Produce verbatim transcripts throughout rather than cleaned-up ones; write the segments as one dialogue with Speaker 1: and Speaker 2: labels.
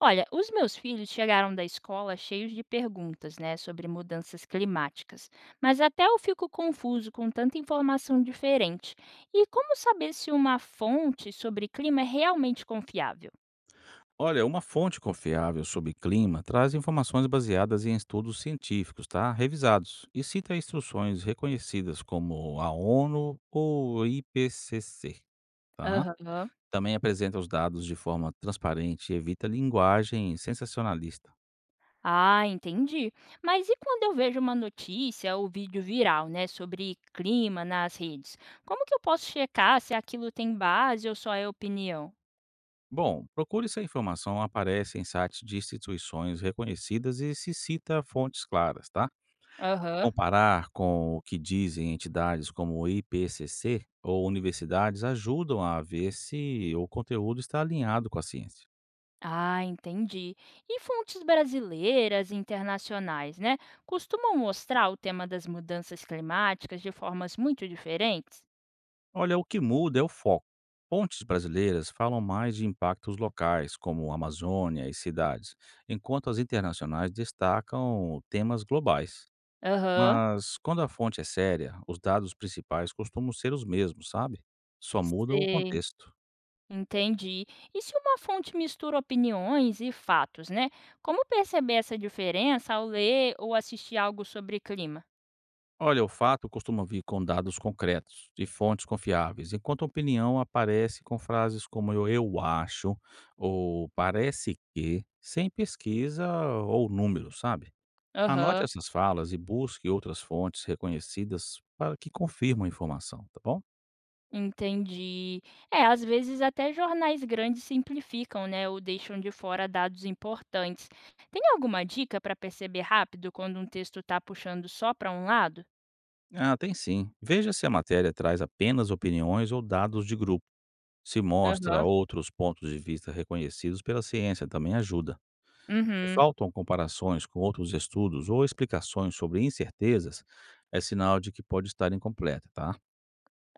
Speaker 1: Olha, os meus filhos chegaram da escola cheios de perguntas, né, sobre mudanças climáticas, mas até eu fico confuso com tanta informação diferente. E como saber se uma fonte sobre clima é realmente confiável?
Speaker 2: Olha, uma fonte confiável sobre clima traz informações baseadas em estudos científicos, tá? Revisados e cita instruções reconhecidas como a ONU ou I P C C, tá?
Speaker 1: Aham.
Speaker 2: Também apresenta os dados de forma transparente e evita linguagem sensacionalista.
Speaker 1: Ah, entendi. Mas e quando eu vejo uma notícia ou vídeo viral, né, sobre clima nas redes? Como que eu posso checar se aquilo tem base ou só é opinião?
Speaker 2: Bom, procure se a informação aparece em sites de instituições reconhecidas e se cita fontes claras, tá?
Speaker 1: Aham.
Speaker 2: Comparar com o que dizem entidades como o I P C C ou universidades ajudam a ver se o conteúdo está alinhado com a ciência.
Speaker 1: Ah, entendi. E fontes brasileiras e internacionais, né? Costumam mostrar o tema das mudanças climáticas de formas muito diferentes?
Speaker 2: Olha, o que muda é o foco. Fontes brasileiras falam mais de impactos locais, como Amazônia e cidades, enquanto as internacionais destacam temas globais.
Speaker 1: Aham,
Speaker 2: Mas quando a fonte é séria, os dados principais costumam ser os mesmos, sabe? Só muda o
Speaker 1: sei,
Speaker 2: contexto.
Speaker 1: entendi. E se uma fonte mistura opiniões e fatos, né? Como perceber essa diferença ao ler ou assistir algo sobre clima?
Speaker 2: Olha, o fato costuma vir com dados concretos e fontes confiáveis, enquanto a opinião aparece com frases como eu, eu acho ou parece que, sem pesquisa ou números, sabe? Anote
Speaker 1: Aham.
Speaker 2: essas falas e busque outras fontes reconhecidas para que confirmam a informação, tá bom?
Speaker 1: Entendi. É, às vezes até jornais grandes simplificam, né, ou deixam de fora dados importantes. Tem alguma dica para perceber rápido quando um texto está puxando só para um lado?
Speaker 2: Ah, tem sim. Veja se a matéria traz apenas opiniões ou dados de grupo. Se mostra
Speaker 1: Aham.
Speaker 2: outros pontos de vista reconhecidos pela ciência, também ajuda. Se
Speaker 1: Uhum.
Speaker 2: faltam comparações com outros estudos ou explicações sobre incertezas, é sinal de que pode estar incompleta, tá?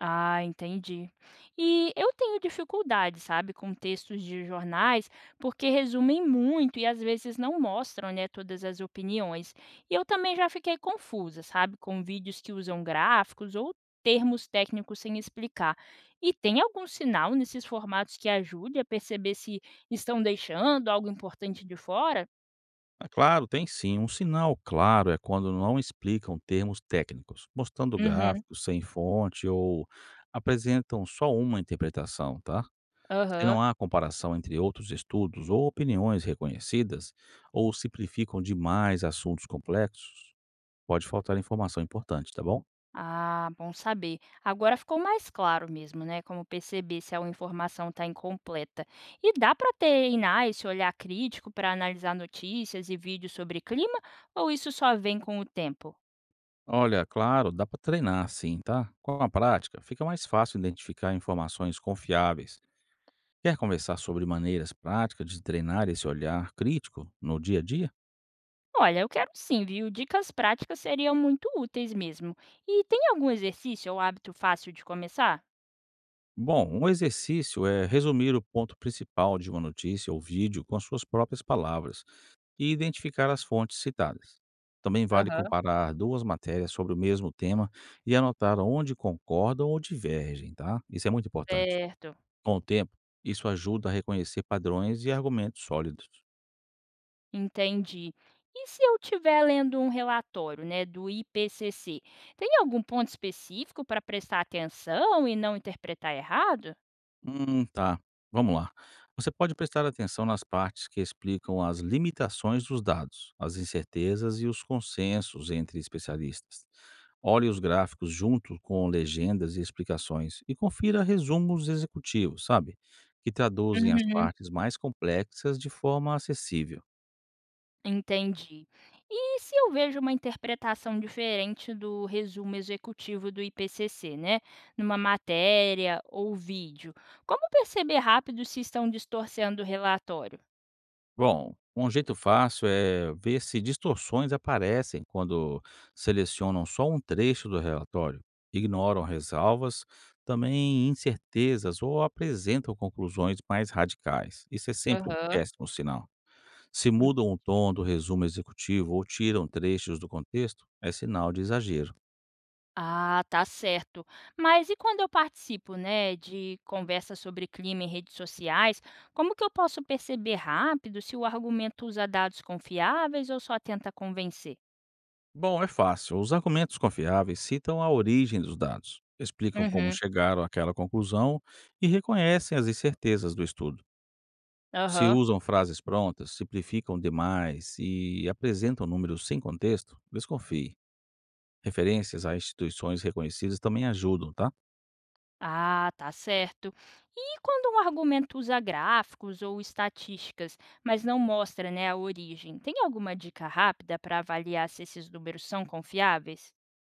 Speaker 1: Ah, entendi. E eu tenho dificuldade, sabe, com textos de jornais, porque resumem muito e às vezes não mostram, né, todas as opiniões. E eu também já fiquei confusa, sabe, com vídeos que usam gráficos ou termos técnicos sem explicar. E tem algum sinal nesses formatos que ajude a perceber se estão deixando algo importante de fora?
Speaker 2: É claro, tem sim. Um sinal claro é quando não explicam termos técnicos, mostrando
Speaker 1: Uhum,
Speaker 2: gráficos sem fonte ou apresentam só uma interpretação, tá? Se
Speaker 1: aham.
Speaker 2: não há comparação entre outros estudos ou opiniões reconhecidas, ou simplificam demais assuntos complexos, pode faltar informação importante, tá bom?
Speaker 1: Ah, bom saber. Agora ficou mais claro mesmo, né? Como perceber se a informação está incompleta. E dá para treinar esse olhar crítico para analisar notícias e vídeos sobre clima? Ou isso só vem com o tempo?
Speaker 2: Olha, claro, dá para treinar sim, tá? Com a prática, fica mais fácil identificar informações confiáveis. Quer conversar sobre maneiras práticas de treinar esse olhar crítico no dia a dia?
Speaker 1: Olha, eu quero sim, viu? Dicas práticas seriam muito úteis mesmo. E tem algum exercício ou hábito fácil de começar?
Speaker 2: Bom, um exercício é resumir o ponto principal de uma notícia ou vídeo com as suas próprias palavras e identificar as fontes citadas. Também vale
Speaker 1: Aham.
Speaker 2: comparar duas matérias sobre o mesmo tema e anotar onde concordam ou divergem, tá? Isso é muito importante.
Speaker 1: Certo.
Speaker 2: Com o tempo, isso ajuda a reconhecer padrões e argumentos sólidos.
Speaker 1: Entendi. E se eu estiver lendo um relatório, né, do I P C C, tem algum ponto específico para prestar atenção e não interpretar errado?
Speaker 2: Hum, tá. Vamos lá. Você pode prestar atenção nas partes que explicam as limitações dos dados, as incertezas e os consensos entre especialistas. Olhe os gráficos junto com legendas e explicações e confira resumos executivos, sabe? Que traduzem as
Speaker 1: Uhum.
Speaker 2: partes mais complexas de forma acessível.
Speaker 1: Entendi. E se eu vejo uma interpretação diferente do resumo executivo do I P C C, né, numa matéria ou vídeo, como perceber rápido se estão distorcendo o relatório?
Speaker 2: Bom, um jeito fácil é ver se distorções aparecem quando selecionam só um trecho do relatório, ignoram ressalvas, também incertezas ou apresentam conclusões mais radicais. Isso é sempre um
Speaker 1: Aham.
Speaker 2: péssimo sinal. Se mudam o tom do resumo executivo ou tiram trechos do contexto, é sinal de exagero.
Speaker 1: Ah, tá certo. Mas e quando eu participo, né, de conversas sobre clima em redes sociais, como que eu posso perceber rápido se o argumento usa dados confiáveis ou só tenta convencer?
Speaker 2: Bom, é fácil. Os argumentos confiáveis citam a origem dos dados, explicam como
Speaker 1: Uhum.
Speaker 2: chegaram àquela conclusão e reconhecem as incertezas do estudo. Se
Speaker 1: Aham.
Speaker 2: usam frases prontas, simplificam demais e apresentam números sem contexto, desconfie. Referências a instituições reconhecidas também ajudam, tá?
Speaker 1: Ah, tá certo. E quando um argumento usa gráficos ou estatísticas, mas não mostra, né, a origem, tem alguma dica rápida para avaliar se esses números são confiáveis?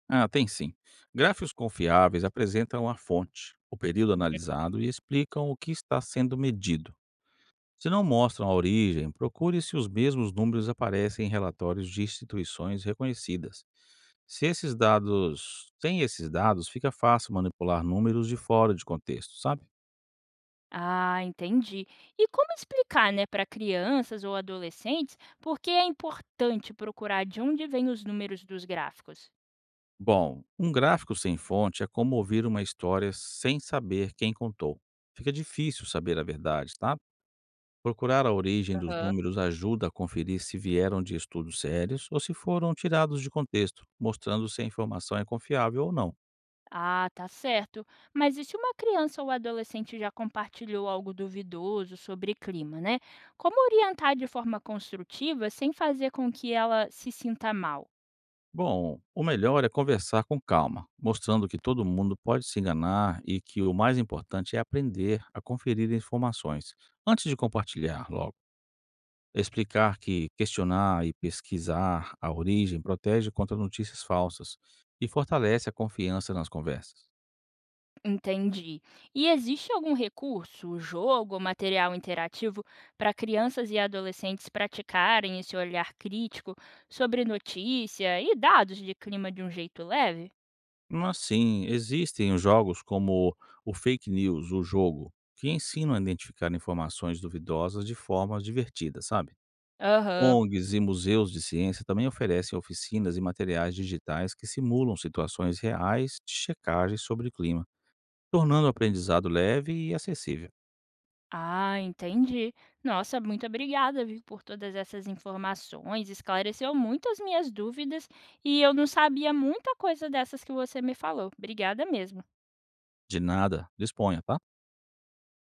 Speaker 2: Ah, tem sim. Gráficos confiáveis apresentam a fonte, o período analisado e explicam o que está sendo medido. Se não mostram a origem, procure se os mesmos números aparecem em relatórios de instituições reconhecidas. Se esses dados, sem esses dados, fica fácil manipular números de fora de contexto, sabe?
Speaker 1: Ah, entendi. E como explicar, né, para crianças ou adolescentes por que é importante procurar de onde vêm os números dos gráficos?
Speaker 2: Bom, um gráfico sem fonte é como ouvir uma história sem saber quem contou. Fica difícil saber a verdade, tá? Procurar a origem dos
Speaker 1: Aham.
Speaker 2: números ajuda a conferir se vieram de estudos sérios ou se foram tirados de contexto, mostrando se a informação é confiável ou não.
Speaker 1: Ah, tá certo. Mas e se uma criança ou adolescente já compartilhou algo duvidoso sobre clima, né? Como orientar de forma construtiva sem fazer com que ela se sinta mal?
Speaker 2: Bom, o melhor é conversar com calma, mostrando que todo mundo pode se enganar e que o mais importante é aprender a conferir informações antes de compartilhar logo. Explicar que questionar e pesquisar a origem protege contra notícias falsas e fortalece a confiança nas conversas.
Speaker 1: Entendi. E existe algum recurso, jogo ou material interativo para crianças e adolescentes praticarem esse olhar crítico sobre notícia e dados de clima de um jeito leve?
Speaker 2: Mas sim, existem os jogos como o Fake News, o jogo, que ensinam a identificar informações duvidosas de forma divertida, sabe?
Speaker 1: Aham.
Speaker 2: O N Gs e museus de ciência também oferecem oficinas e materiais digitais que simulam situações reais de checagem sobre o clima, tornando o aprendizado leve e acessível.
Speaker 1: Ah, entendi. Nossa, muito obrigada, viu, por todas essas informações. Esclareceu muito as minhas dúvidas e eu não sabia muita coisa dessas que você me falou. Obrigada mesmo.
Speaker 2: De nada, disponha, tá?